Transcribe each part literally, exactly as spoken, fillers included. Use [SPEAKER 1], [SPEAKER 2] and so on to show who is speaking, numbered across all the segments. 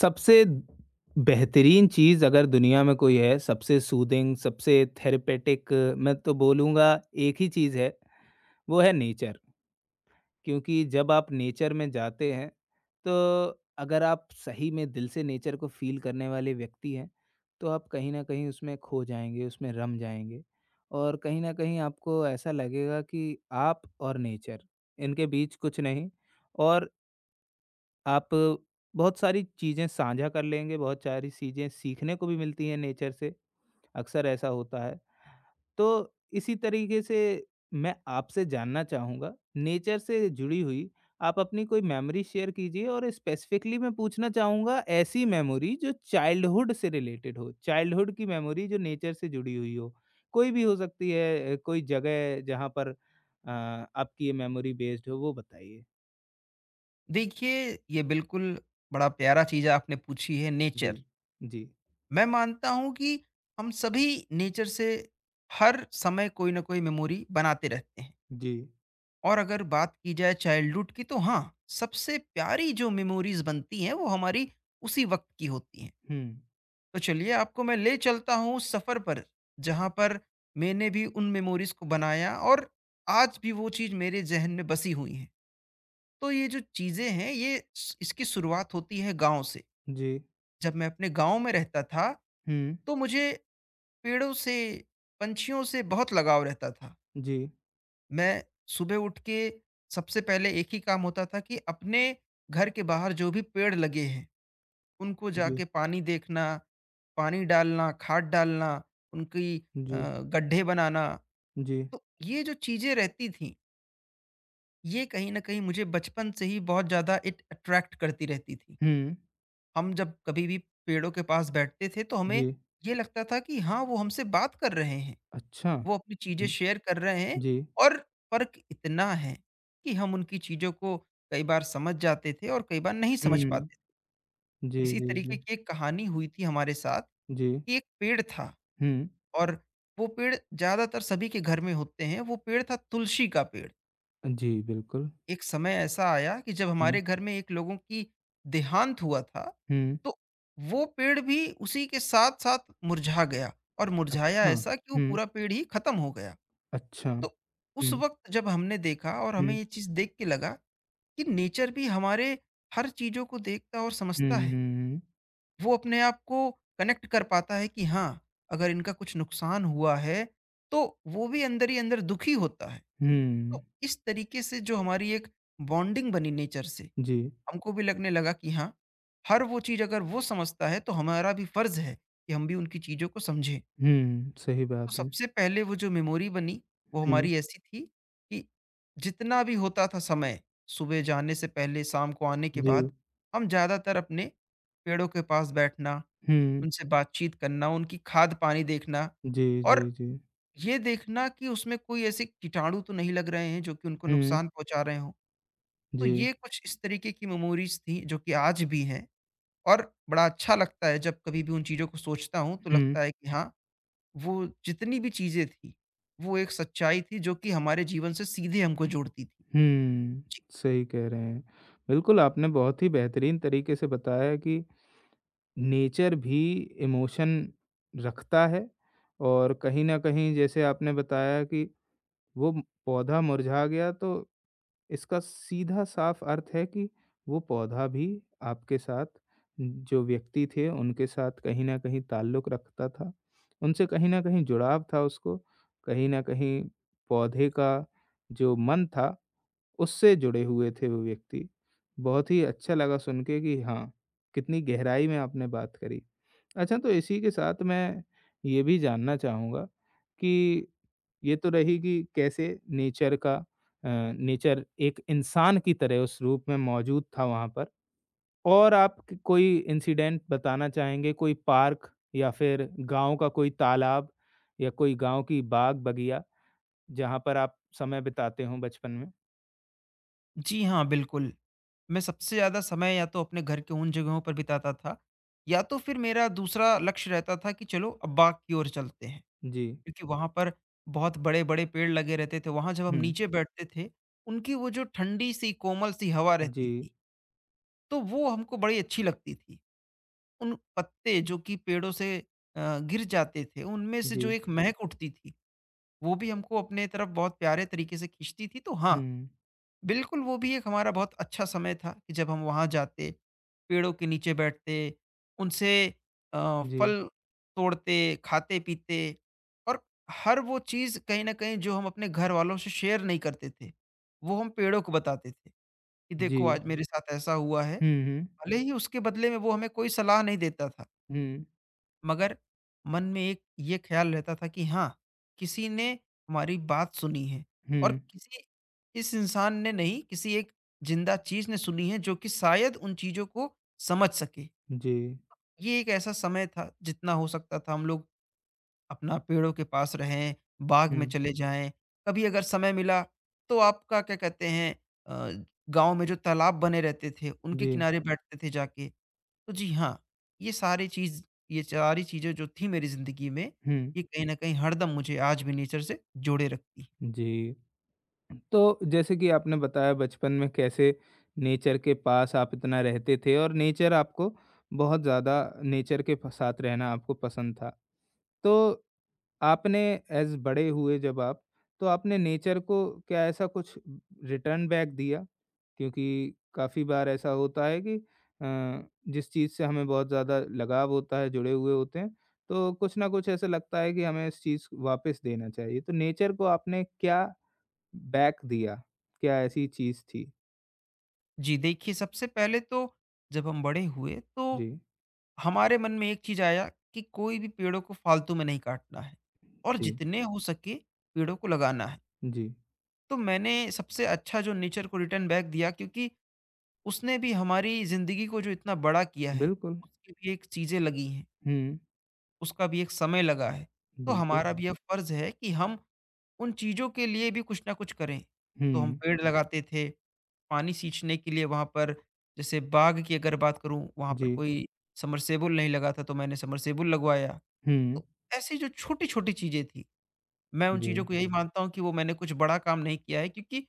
[SPEAKER 1] सबसे बेहतरीन चीज़ अगर दुनिया में कोई है, सबसे सूदिंग, सबसे थेरेपेटिक मैं तो बोलूँगा एक ही चीज़ है, वो है नेचर। क्योंकि जब आप नेचर में जाते हैं, तो अगर आप सही में दिल से नेचर को फ़ील करने वाले व्यक्ति हैं, तो आप कहीं न कहीं उसमें खो जाएँगे, उसमें रम जाएँगे। और कहीं न कहीं आपको ऐसा लगेगा कि आप और नेचर, इनके बीच कुछ नहीं और आप बहुत सारी चीज़ें साझा कर लेंगे, बहुत सारी चीज़ें सीखने को भी मिलती हैं नेचर से, अक्सर ऐसा होता है। तो इसी तरीके से मैं आपसे जानना चाहूँगा, नेचर से जुड़ी हुई आप अपनी कोई मेमोरी शेयर कीजिए और स्पेसिफिकली मैं पूछना चाहूँगा ऐसी मेमोरी जो चाइल्डहुड से रिलेटेड हो, चाइल्डहुड की मेमोरी जो नेचर से जुड़ी हुई हो। कोई भी हो सकती है अ, कोई जगह जहाँ पर अ, आपकी ये मेमोरी बेस्ड हो, वो बताइए?
[SPEAKER 2] देखिए, ये बिल्कुल बड़ा प्यारा चीज़ आपने पूछी है
[SPEAKER 1] जी।
[SPEAKER 2] नेचर।
[SPEAKER 1] जी।
[SPEAKER 2] मैं मानता हूँ कि हम सभी नेचर से हर समय कोई न कोई मेमोरी बनाते रहते हैं
[SPEAKER 1] जी।
[SPEAKER 2] और अगर बात की जाए चाइल्डहुड की तो हाँ, सबसे प्यारी जो मेमोरीज़ बनती हैं वो हमारी उसी वक़्त की होती हैं।
[SPEAKER 1] हुँ।
[SPEAKER 2] तो चलिए आपको मैं ले चलता हूँ उस सफ़र पर, जहाँ पर मैंने भी उन मेमोरीज़ को बनाया और आज भी वो चीज़ मेरे ज़हन में बसी हुई हैं। तो ये जो चीज़ें हैं ये स इसकी शुरुआत होती है गाँव से।
[SPEAKER 1] जी।
[SPEAKER 2] जब मैं अपने गाँव में रहता था,
[SPEAKER 1] हुँ।
[SPEAKER 2] तो मुझे पेड़ों से, पंछियों से बहुत लगाव रहता था।
[SPEAKER 1] जी।
[SPEAKER 2] मैं सुबह उठ के सबसे पहले एक ही काम होता था कि अपने घर के बाहर जो भी पेड़ लगे हैं, उनको
[SPEAKER 1] जी।
[SPEAKER 2] जाके पानी देखना, पानी डालना, खाद डालना, उनकी अ,
[SPEAKER 1] जी।
[SPEAKER 2] गड्ढे बनाना।
[SPEAKER 1] जी।
[SPEAKER 2] तो ये जो चीज़ें रहती थीं, ये कहीं न कहीं मुझे बचपन से ही बहुत ज़्यादा एक अट्रैक्ट करती रहती थी।
[SPEAKER 1] हुँ।
[SPEAKER 2] हम जब कभी भी पेड़ों के पास बैठते थे तो हमें
[SPEAKER 1] जी।
[SPEAKER 2] ये लगता था कि हाँ, वो हमसे बात कर रहे हैं,
[SPEAKER 1] अच्छा।
[SPEAKER 2] वो अपनी चीजें
[SPEAKER 1] हुँ।
[SPEAKER 2] शेयर कर रहे हैं
[SPEAKER 1] जी।
[SPEAKER 2] और फर्क इतना है कि हम उनकी चीजों को कई बार समझ जाते थे और कई बार नहीं समझ
[SPEAKER 1] हुँ।
[SPEAKER 2] पाते थे।
[SPEAKER 1] जी,
[SPEAKER 2] इसी
[SPEAKER 1] जी,
[SPEAKER 2] तरीके
[SPEAKER 1] जी।
[SPEAKER 2] की एक कहानी हुई थी हमारे साथ
[SPEAKER 1] जी।
[SPEAKER 2] कि एक पेड़ था
[SPEAKER 1] हुँ।
[SPEAKER 2] और वो पेड़ ज्यादातर सभी के घर में होते हैं, वो पेड़ था तुलसी का पेड़।
[SPEAKER 1] जी, बिल्कुल।
[SPEAKER 2] एक समय ऐसा आया कि जब
[SPEAKER 1] हुँ।
[SPEAKER 2] हमारे घर में एक लोगों की देहांत हुआ था,
[SPEAKER 1] हुँ।
[SPEAKER 2] तो वो पेड़ भी उसी के साथ साथ मुरझा गया और मुरझाया
[SPEAKER 1] अच्छा।
[SPEAKER 2] ऐसा कि वो
[SPEAKER 1] हुँ।
[SPEAKER 2] पूरा पेड़ ही खत्म हो गया।
[SPEAKER 1] अच्छा।
[SPEAKER 2] तो उस
[SPEAKER 1] हुँ।
[SPEAKER 2] वक्त जब हमने देखा और हमें
[SPEAKER 1] हुँ।
[SPEAKER 2] ये चीज देख के लगा कि नेचर भी हमारे हर चीजों को देखता और
[SPEAKER 1] हुँ,
[SPEAKER 2] समझता
[SPEAKER 1] हुँ,
[SPEAKER 2] है,
[SPEAKER 1] हुँ।
[SPEAKER 2] वो अपने आप को कनेक्ट कर पाता है कि हाँ, अगर इनका कुछ नुकसान हुआ है तो वो भी अंदर ही अंदर दुखी होता है।
[SPEAKER 1] हुँ।
[SPEAKER 2] तो इस तरीके से जो हमारी एक बॉन्डिंग बनी नेचर से,
[SPEAKER 1] जी।
[SPEAKER 2] हमको भी लगने लगा कि हाँ, हर वो चीज़ अगर वो समझता है तो हमारा भी फ़र्ज़ है कि हम भी उनकी चीज़ों को समझें।
[SPEAKER 1] हुँ, सही
[SPEAKER 2] तो
[SPEAKER 1] बात है।
[SPEAKER 2] सबसे पहले वो जो मेमोरी बनी वो
[SPEAKER 1] हुँ।
[SPEAKER 2] हमारी ऐसी थी कि जितना भी होता था समय, सुबह जाने से पहले शाम को आने के
[SPEAKER 1] जी।
[SPEAKER 2] बाद, हम ज़्यादातर अपने पेड़ों के पास बैठना,
[SPEAKER 1] हुँ।
[SPEAKER 2] उनसे बातचीत करना, उनकी खाद-पानी देखना
[SPEAKER 1] जी,
[SPEAKER 2] और
[SPEAKER 1] जी, जी।
[SPEAKER 2] ये देखना कि उसमें कोई ऐसे कीटाणु तो नहीं लग रहे हैं जो कि उनको
[SPEAKER 1] हुँ।
[SPEAKER 2] नुकसान पहुँचा रहे हों। तो
[SPEAKER 1] जी।
[SPEAKER 2] ये कुछ इस तरीके की मेमोरीज़ थी जो कि आज भी हैं। और बड़ा अच्छा लगता है जब कभी भी उन चीज़ों को सोचता हूँ तो
[SPEAKER 1] हुँ।
[SPEAKER 2] लगता है कि हाँ, वो जितनी भी चीज़ें थी, वो एक सच्चाई थी जो कि हमारे जीवन से सीधे हमको जोड़ती थी।
[SPEAKER 1] हुँ।
[SPEAKER 2] जी।
[SPEAKER 1] सही कह रहे हैं। बिल्कुल, आपने बहुत ही बेहतरीन तरीके से बताया कि नेचर भी इमोशन रखता है और कहीं न कहीं जैसे आपने बताया कि वो पौधा मुरझा गया तो इसका सीधा साफ अर्थ है कि वो पौधा भी आपके साथ जो व्यक्ति थे उनके साथ कहीं न कहीं ताल्लुक रखता था। उनसे कहीं न कहीं जुड़ाव था उसको, कहीं न कहीं पौधे का जो मन था उससे जुड़े हुए थे वो व्यक्ति। बहुत ही अच्छा लगा सुन के कि हाँ, कितनी गहराई में आपने बात करी। अच्छा तो इसी के साथ मैं ये भी जानना चाहूँगा कि ये तो रही कि कैसे नेचर का अ, नेचर एक इंसान की तरह उस रूप में मौजूद था वहाँ पर और आप क कोई इंसिडेंट बताना चाहेंगे, कोई पार्क या फिर गाँव का कोई तालाब या कोई गाँव की बाग-बगिया, जहाँ पर आप समय बिताते हों बचपन में?
[SPEAKER 2] जी हाँ, बिल्कुल। मैं सबसे ज़्यादा समय या तो अपने घर के उन जगहों पर बिताता था या तो फिर मेरा दूसरा लक्ष्य रहता था कि चलो अब बाग की ओर चलते हैं।
[SPEAKER 1] जी।
[SPEAKER 2] क्योंकि वहाँ पर बहुत बड़े-बड़े पेड़ लगे रहते थे। वहाँ जब हम
[SPEAKER 1] हुँ।
[SPEAKER 2] नीचे बैठते थे, उनकी वो जो ठंडी सी कोमल सी हवा रहती
[SPEAKER 1] जी,
[SPEAKER 2] थी, तो वो हमको बड़ी अच्छी लगती थी। उन पत्ते जो कि पेड़ों से अ, गिर जाते थे, उनमें से
[SPEAKER 1] जी।
[SPEAKER 2] जो एक महक उठती थी, वो भी हमको अपने तरफ बहुत प्यारे तरीके से खींचती थी। तो हाँ,
[SPEAKER 1] हुँ।
[SPEAKER 2] बिल्कुल वो भी एक हमारा बहुत अच्छा समय था कि जब हम वहाँ जाते, पेड़ों के नीचे बैठते, उनसे अ,
[SPEAKER 1] जी,
[SPEAKER 2] फल तोड़ते, खाते-पीते और हर वो चीज़ कहीं न कहीं जो हम अपने घर वालों से शेयर नहीं करते थे, वो हम पेड़ों को बताते थे कि
[SPEAKER 1] जी।
[SPEAKER 2] देखो, आज हुँ। मेरे साथ ऐसा हुआ है।
[SPEAKER 1] हुँ, हुँ।
[SPEAKER 2] भले ही उसके बदले में वो हमें कोई सलाह नहीं देता था।
[SPEAKER 1] हुँ,
[SPEAKER 2] मगर मन में एक ये ख्याल रहता था कि हाँ, किसी ने हमारी बात सुनी है
[SPEAKER 1] हुँ।
[SPEAKER 2] और किसी इस इंसान ने नहीं, किसी एक जिंदा चीज़ ने सुनी है जो कि शायद उन चीज़ों को समझ सके।
[SPEAKER 1] जी।
[SPEAKER 2] ये एक ऐसा समय था जितना हो सकता था हम लोग अपना पेड़ों के पास रहें, बाग में
[SPEAKER 1] हुँ।
[SPEAKER 2] चले जाएँ। कभी अगर समय मिला तो आपका क्या कहते हैं अ, गाँव में जो तालाब बने रहते थे, उनके
[SPEAKER 1] जी,
[SPEAKER 2] किनारे बैठते थे जाके। तो जी हाँ, ये सारी चीज़, ये सारी चीज़ें जो थी मेरी ज़िंदगी में,
[SPEAKER 1] हुँ।
[SPEAKER 2] ये कहीं न कहीं हरदम मुझे आज भी नेचर से जोड़े रखती हैं।
[SPEAKER 1] जी। तो जैसे कि आपने बताया बचपन में कैसे नेचर के पास आप इतना रहते थे और नेचर आपको बहुत ज़्यादा नेचर के फ साथ रहना आपको पसंद था। तो आपने एज़ बड़े हुए जब आप, तो आपने नेचर को क्या ऐसा कुछ रिटर्न बैक दिया? क्योंकि काफ़ी बार ऐसा होता है कि अ, जिस चीज़ से हमें बहुत ज़्यादा लगाव होता है, जुड़े हुए होते हैं, तो कुछ ना कुछ ऐसा लगता है कि हमें इस चीज़ वापस देना चाहिए। तो नेचर को आपने क्या बैक दिया? क्या ऐसी चीज़ थी?
[SPEAKER 2] जी, देखिए, सबसे पहले तो जब हम बड़े हुए तो
[SPEAKER 1] जी,
[SPEAKER 2] हमारे मन में एक चीज़ आया कि कोई भी पेड़ों को फालतू में नहीं काटना है और
[SPEAKER 1] जी,
[SPEAKER 2] जितने हो सके पेड़ों को लगाना है।
[SPEAKER 1] जी।
[SPEAKER 2] तो मैंने सबसे अच्छा जो नेचर को रिटर्न बैक दिया, क्योंकि उसने भी हमारी ज़िंदगी को जो इतना बड़ा किया है,
[SPEAKER 1] बिल्कुल।
[SPEAKER 2] उसकी भी एक चीज़ें लगी हैं,
[SPEAKER 1] हुँ,
[SPEAKER 2] उसका भी एक समय लगा है। तो
[SPEAKER 1] बिल्कुल।
[SPEAKER 2] हमारा भी ये फ़र्ज़ है कि हम उन चीज़ों के लिए भी कुछ ना कुछ करें। तो हम
[SPEAKER 1] हुँ,
[SPEAKER 2] पेड़ जी। लगाते थे, पानी सींचने के लिए वहाँ पर जैसे बाग की अगर बात करूँ, वहाँ पर
[SPEAKER 1] जी।
[SPEAKER 2] कोई सबमर्सिबल नहीं लगा था तो मैंने सबमर्सिबल लगवाया।
[SPEAKER 1] हुँ,
[SPEAKER 2] तो ऐसी जो छोटी-छोटी चीज़ें थी, मैं उन
[SPEAKER 1] जी।
[SPEAKER 2] चीज़ों को यही मानता हूँ कि वो मैंने कुछ बड़ा काम नहीं किया है क्योंकि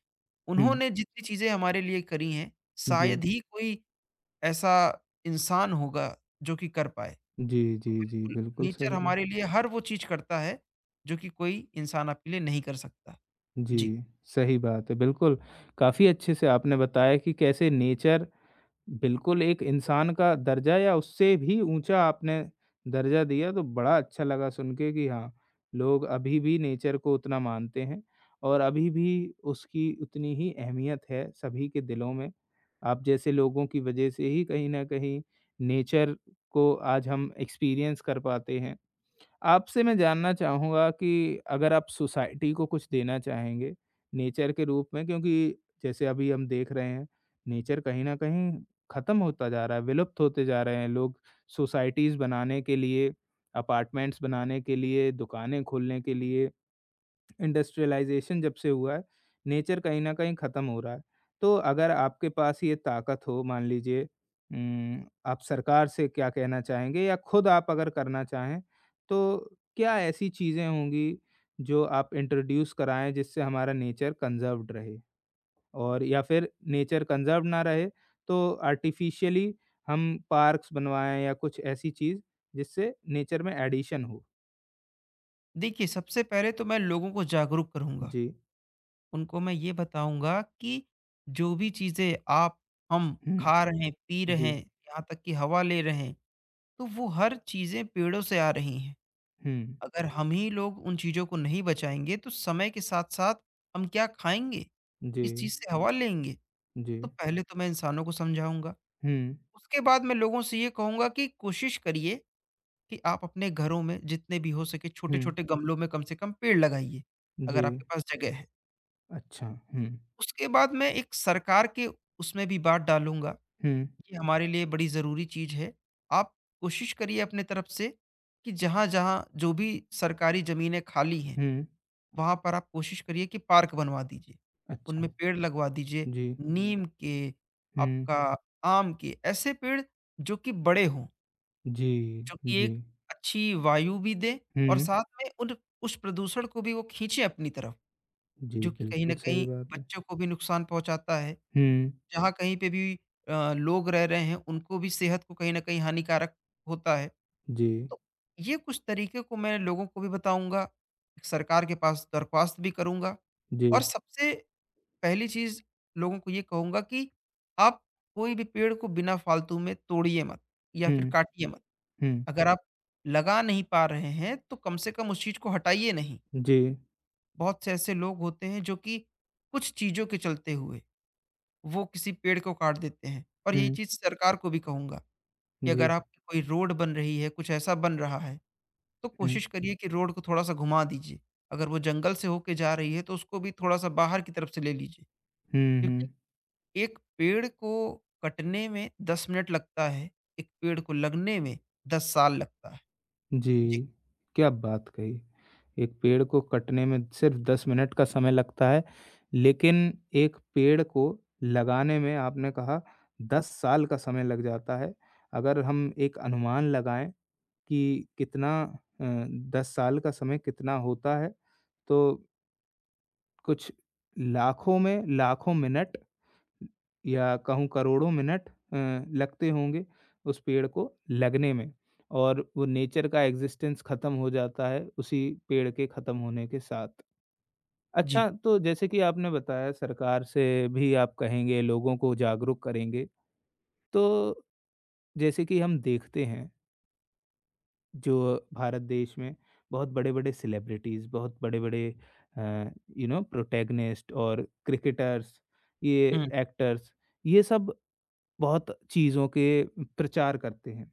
[SPEAKER 1] हुँ,
[SPEAKER 2] उन्होंने जितनी चीज़ें हमारे लिए करी हैं,
[SPEAKER 1] जी।
[SPEAKER 2] शायद ही कोई ऐसा इंसान होगा जो कि कर पाए।
[SPEAKER 1] जी,
[SPEAKER 2] तो
[SPEAKER 1] जी, जी।
[SPEAKER 2] बिल्कुल,
[SPEAKER 1] बिल्कुल
[SPEAKER 2] नेचर
[SPEAKER 1] सही बात
[SPEAKER 2] हमारे लिए हर वो चीज़ करता है, जो कि कोई इंसान आपके लिए नहीं कर सकता। जी।
[SPEAKER 1] जी, सही बात है, बिल्कुल। काफ़ी अच्छे से आपने बताया कि कैसे नेचर बिल्कुल एक इंसान का दर्जा या उससे भी ऊँचा आपने दर्जा दिया, तो बड़ा अच्छा लगा सुन के कि हाँ, लोग अभी भी नेचर को उतना मानते हैं और अभी भी उसकी उतनी ही अहमियत है सभी के दिलों में। आप जैसे लोगों की वजह से ही कहीं न कहीं नेचर को आज हम एक्सपीरियंस कर पाते हैं। आपसे मैं जानना चाहूँगा कि अगर आप सोसाइटी को कुछ देना चाहेंगे, नेचर के रूप में क्योंकि जैसे अभी हम देख रहे हैं, नेचर कहीं न कहीं ख़त्म होता जा रहा है, विलुप्त होते जा रहे हैं। लोग सोसाइटीज़ बनाने के लिए, अपार्टमेंट्स बनाने के लिए, दुकानें खोलने के लिए इंडस्ट्रियलाइज़ेशन जब से हुआ है, नेचर कहीं न कहीं ख़त्म हो रहा है। तो अगर आपके पास ये ताकत हो मान लीजिए उम, आप सरकार से क्या कहना चाहेंगे या खुद आप अगर करना चाहें, तो क्या ऐसी चीज़ें होंगी जो आप इंट्रोड्यूस कराएँ जिससे हमारा नेचर कंज़र्व्ड रहे? और या फिर नेचर कंज़र्व्ड ना रहे तो आर्टिफ़िशियली हम पार्क्स बनवाएँ या कुछ ऐसी चीज़ जिससे नेचर में एडिशन हो?
[SPEAKER 2] देखिए, सबसे पहले तो मैं लोगों को जागरूक करूँगा।
[SPEAKER 1] जी।
[SPEAKER 2] उनको मैं ये बताऊँगा कि जो भी चीज़ें आप, हम
[SPEAKER 1] हुँ।
[SPEAKER 2] खा हुँ, रहे हुँ। हैं, पी रहे
[SPEAKER 1] जी।
[SPEAKER 2] हैं, यहाँ तक कि हवा ले रहे हैं, तो वो हर चीज़ें पेड़ों से आ रही हैं।
[SPEAKER 1] हुँ।
[SPEAKER 2] अगर हम ही लोग उन चीज़ों को नहीं बचाएँगे, तो समय के साथ-साथ हम क्या खाएँगे?
[SPEAKER 1] जी।
[SPEAKER 2] किस चीज़ से हवा लेंगे?
[SPEAKER 1] जी।
[SPEAKER 2] तो पहले तो मैं इंसानों को समझाऊँगा।
[SPEAKER 1] हुँ,
[SPEAKER 2] उसके बाद मैं लोगों से ये कहूँगा कि कोशिश करिए कि आप अपने घरों में जितने भी हो सके
[SPEAKER 1] हुँ,
[SPEAKER 2] छोटे-छोटे गमलों में कम से कम पेड़ लगाइए,
[SPEAKER 1] जी।
[SPEAKER 2] अगर आपके पास जगह है।
[SPEAKER 1] अच्छा। हुँ,
[SPEAKER 2] उसके बाद मैं एक सरकार के उसमें भी बात डालूँगा,
[SPEAKER 1] हुँ,
[SPEAKER 2] ये हमारे लिए बड़ी ज़रूरी चीज़ है। आप कोशिश करिए अपने तरफ से कि जहाँ-जहाँ जो भी सरकारी ज़मीनें खाली हैं,
[SPEAKER 1] हुँ।
[SPEAKER 2] वहाँ पर आप कोशिश करिए कि पार्क बनवा दीजिए।
[SPEAKER 1] अच्छा।
[SPEAKER 2] उनमें पेड़ लगवा दीजिए,
[SPEAKER 1] जी।
[SPEAKER 2] नीम के,
[SPEAKER 1] हुँ,
[SPEAKER 2] आपका आम के, ऐसे पेड़ जो कि बड़े हों,
[SPEAKER 1] जी,
[SPEAKER 2] जो कि
[SPEAKER 1] जी।
[SPEAKER 2] एक अच्छी वायु भी दें और
[SPEAKER 1] हुँ,
[SPEAKER 2] साथ में उन उस प्रदूषण को भी वो खींचे अपनी तरफ,
[SPEAKER 1] जी,
[SPEAKER 2] जो कि कहीं
[SPEAKER 1] बिल्कुल
[SPEAKER 2] न
[SPEAKER 1] सही
[SPEAKER 2] कहीं
[SPEAKER 1] बात है।
[SPEAKER 2] बच्चों को भी नुकसान पहुँचाता है।
[SPEAKER 1] हुँ,
[SPEAKER 2] जहाँ कहीं पे भी अ, लोग रह रहे हैं उनको भी सेहत को कहीं न कहीं हानिकारक होता है।
[SPEAKER 1] जी,
[SPEAKER 2] तो ये कुछ तरीके को मैं लोगों को भी बताऊँगा, सरकार के पास दरख्वास्त भी करूँगा
[SPEAKER 1] जी।
[SPEAKER 2] और सबसे पहली चीज़ लोगों को ये कहूँगा कि आप कोई भी पेड़ को बिना फालतू में तोड़िए मत या फिर
[SPEAKER 1] हुँ,
[SPEAKER 2] काटिए मत।
[SPEAKER 1] हुँ,
[SPEAKER 2] अगर आप लगा नहीं पा रहे हैं तो कम से कम उस चीज़ को हटाइए नहीं।
[SPEAKER 1] जी,
[SPEAKER 2] बहुत से ऐसे लोग होते हैं जो कि कुछ चीज़ों के चलते हुए वो किसी पेड़ को काट देते हैं, और यही
[SPEAKER 1] हुँ,
[SPEAKER 2] चीज़ सरकार को भी कहूँगा कि
[SPEAKER 1] जी,
[SPEAKER 2] अगर आपकी कोई रोड बन रही है, कुछ ऐसा बन रहा है, तो
[SPEAKER 1] हुँ,
[SPEAKER 2] कोशिश करिए कि रोड को थोड़ा-सा घुमा दीजिए। अगर वो जंगल से होके जा रही है, तो उसको भी थोड़ा-सा बाहर की तरफ से ले लीजिए,
[SPEAKER 1] हुँ,
[SPEAKER 2] क्योंकि
[SPEAKER 1] हुँ।
[SPEAKER 2] एक पेड़ को कटने में दस मिनट लगता है, एक पेड़ को लगने में दस साल लगता है। जी,
[SPEAKER 1] जी, क्या बात कही! एक पेड़ को कटने में सिर्फ़ दस मिनट का समय लगता है, लेकिन एक पेड़ को लगाने में आपने कहा दस साल का समय लग जाता है। अगर हम एक अनुमान लगाएँ कि कितना अ, दस साल का समय कितना होता है, तो कुछ लाखों में लाखों मिनट या कहूँ करोड़ों मिनट अ, लगते होंगे उस पेड़ को लगने में और वो नेचर का एग्ज़िस्टेंस ख़त्म हो जाता है उसी पेड़ के ख़त्म होने के साथ।
[SPEAKER 2] जी।
[SPEAKER 1] अच्छा, तो जैसे कि आपने बताया सरकार से भी आप कहेंगे, लोगों को जागरूक करेंगे। तो जैसे कि हम देखते हैं, जो भारत देश में बहुत बड़े-बड़े सेलिब्रिटीज़, बहुत बड़े-बड़े अ, यू नो प्रोटैगनिस्ट और क्रिकेटर्स, ये
[SPEAKER 2] हुँ,
[SPEAKER 1] एक्टर्स, ये सब बहुत चीज़ों के प्रचार करते हैं।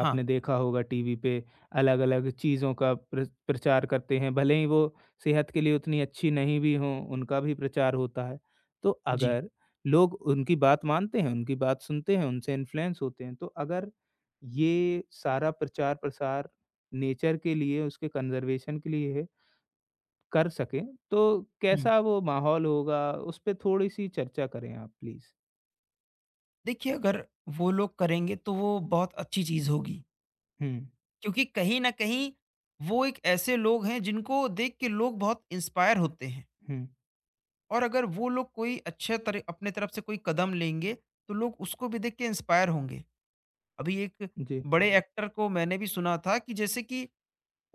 [SPEAKER 2] हाँ,
[SPEAKER 1] आपने देखा होगा टीवी पे अलग-अलग चीज़ों का प्र प्रचार करते हैं, भले ही वो सेहत के लिए उतनी अच्छी नहीं भी हों, उनका भी प्रचार होता है। तो
[SPEAKER 2] जी,
[SPEAKER 1] अगर लोग उनकी बात मानते हैं, उनकी बात सुनते हैं, उनसे इन्फ्लुएंस होते हैं, तो अगर ये सारा प्रचार-प्रसार नेचर के लिए, उसके कंज़र्वेशन के लिए है, कर सकें, तो
[SPEAKER 2] हुँ।
[SPEAKER 1] कैसा वो माहौल होगा? उस पे थोड़ी-सी चर्चा करें आप प्लीज़।
[SPEAKER 2] देखिए, अगर वो लोग करेंगे, तो वो बहुत अच्छी चीज़ होगी।
[SPEAKER 1] हुँ,
[SPEAKER 2] क्योंकि कहीं न कहीं वो एक ऐसे लोग हैं जिनको देख के लोग बहुत इंस्पायर होते हैं,
[SPEAKER 1] हुँ।
[SPEAKER 2] और अगर वो लोग कोई अच्छे तरह अपने तरफ से कोई कदम लेंगे, तो लोग उसको भी देख के इंस्पायर होंगे। अभी एक
[SPEAKER 1] जी,
[SPEAKER 2] बड़े जी। एक्टर को मैंने भी सुना था कि जैसे कि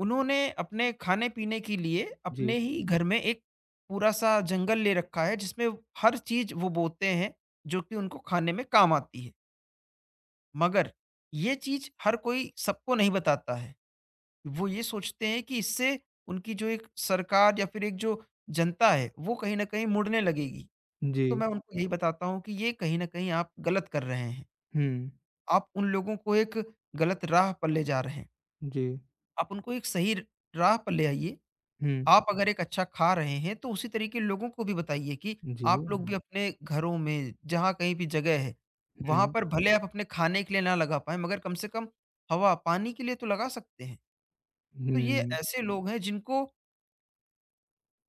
[SPEAKER 2] उन्होंने अपने खाने-पीने के लिए
[SPEAKER 1] जी,
[SPEAKER 2] अपने ही घर में एक पूरा-सा जंगल ले रखा है जिसमें हर चीज़ वो बोते हैं, जो कि उनको खाने में काम आती है। मगर ये चीज़ हर कोई सबको नहीं बताता है। वो ये सोचते हैं कि इससे उनकी जो एक सरकार या फिर एक जो जनता है, वो कहीं न कहीं मुड़ने लगेगी।
[SPEAKER 1] जी।
[SPEAKER 2] तो मैं उनको यही बताता हूँ कि ये कहीं न कहीं आप गलत कर रहे हैं।
[SPEAKER 1] हुँ,
[SPEAKER 2] आप उन लोगों को एक गलत राह पर ले जा रहे हैं।
[SPEAKER 1] जी,
[SPEAKER 2] आप उनको एक सही र राह पर ले आइए।
[SPEAKER 1] हुँ।
[SPEAKER 2] आप अगर एक अच्छा खा रहे हैं तो उसी तरीके लोगों को भी बताइए कि
[SPEAKER 1] जी।
[SPEAKER 2] आप लोग भी अपने घरों में, जहाँ कहीं भी जगह है, वहाँ
[SPEAKER 1] हुँ,
[SPEAKER 2] पर भले आप अपने खाने के लिए ना लगा पाएँ मगर कम से कम हवा, पानी के लिए तो लगा सकते हैं। तो ये
[SPEAKER 1] हुँ,
[SPEAKER 2] ऐसे लोग हैं जिनको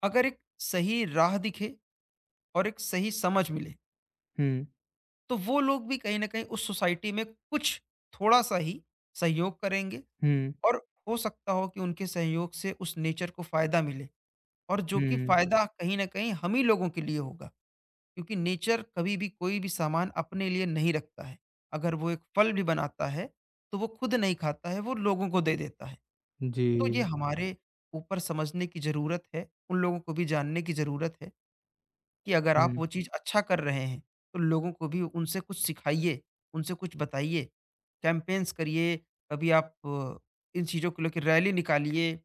[SPEAKER 2] अगर एक सही राह दिखे और एक सही समझ मिले,
[SPEAKER 1] हुँ,
[SPEAKER 2] तो वो लोग भी कहीं ना कहीं उस सोसाइटी में कुछ थोड़ा सा ही सहयोग करेंगे
[SPEAKER 1] हुँ,
[SPEAKER 2] और हो सकता हो कि उनके सहयोग से उस नेचर को फायदा मिले और जो कि
[SPEAKER 1] हुँ,
[SPEAKER 2] फायदा कहीं ना कहीं हम ही लोगों के लिए होगा, क्योंकि नेचर कभी भी कोई भी सामान अपने लिए नहीं रखता है, अगर वो एक फल भी बनाता है तो वो खुद नहीं खाता है, वो लोगों को दे देता है। तो ये
[SPEAKER 1] जी।
[SPEAKER 2] हमारे ऊपर समझने की जरूरत है, उन लोगों को भी जानने की जरूरत है कि अगर आप
[SPEAKER 1] हुँ,
[SPEAKER 2] वो चीज़ अच्छा कर रहे हैं, तो लोगों को भी उनसे कुछ सिखाइए, उनसे कुछ बताइए। कैम्पेन्स करिए, कभी आप अ, इन चीज़ों को लेके रैली निकालिए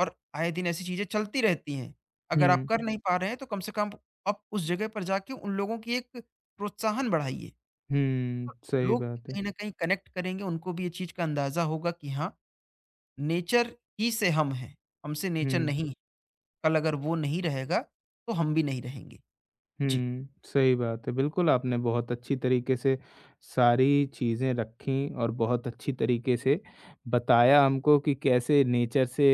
[SPEAKER 2] और आए दिन ऐसी चीज़ें चलती रहती हैं। अगर आप
[SPEAKER 1] हुँ,
[SPEAKER 2] कर नहीं पा रहे हैं, तो कम से कम आप उस जगह पर जाके उन लोगों की एक प्रोत्साहन बढ़ाइए।
[SPEAKER 1] हुँ,
[SPEAKER 2] तो
[SPEAKER 1] सही
[SPEAKER 2] लोग भी
[SPEAKER 1] बात है।
[SPEAKER 2] कहीं न कहीं कनेक्ट करेंगे, उनको भी ये चीज़ का अंदाज़ा होगा कि हाँ, नेचर ही से हम हैं, हमसे नेचर
[SPEAKER 1] हुँ,
[SPEAKER 2] नहीं है। कल अगर वो नहीं रहेगा, तो हम भी नहीं रहेंगे। जी।
[SPEAKER 1] हुँ, सही बात है। बिल्कुल, आपने बहुत अच्छी तरीके से सारी चीज़ें रखीं और बहुत अच्छी तरीके से बताया हमको कि कैसे नेचर से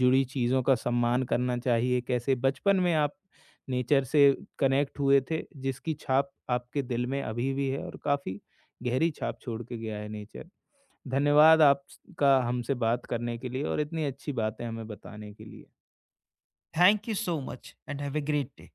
[SPEAKER 1] जुड़ी चीज़ों का सम्मान करना चाहिए, कैसे बचपन में आप नेचर से कनेक्ट हुए थे, जिसकी छाप आपके दिल में अभी भी है और काफ़ी गहरी छाप छोड़ के गया है नेचर। धन्यवाद आपका हमसे बात करने के लिए और इतनी अच्छी बातें हमें बताने के लिए।
[SPEAKER 2] Thank you so much and have a great day.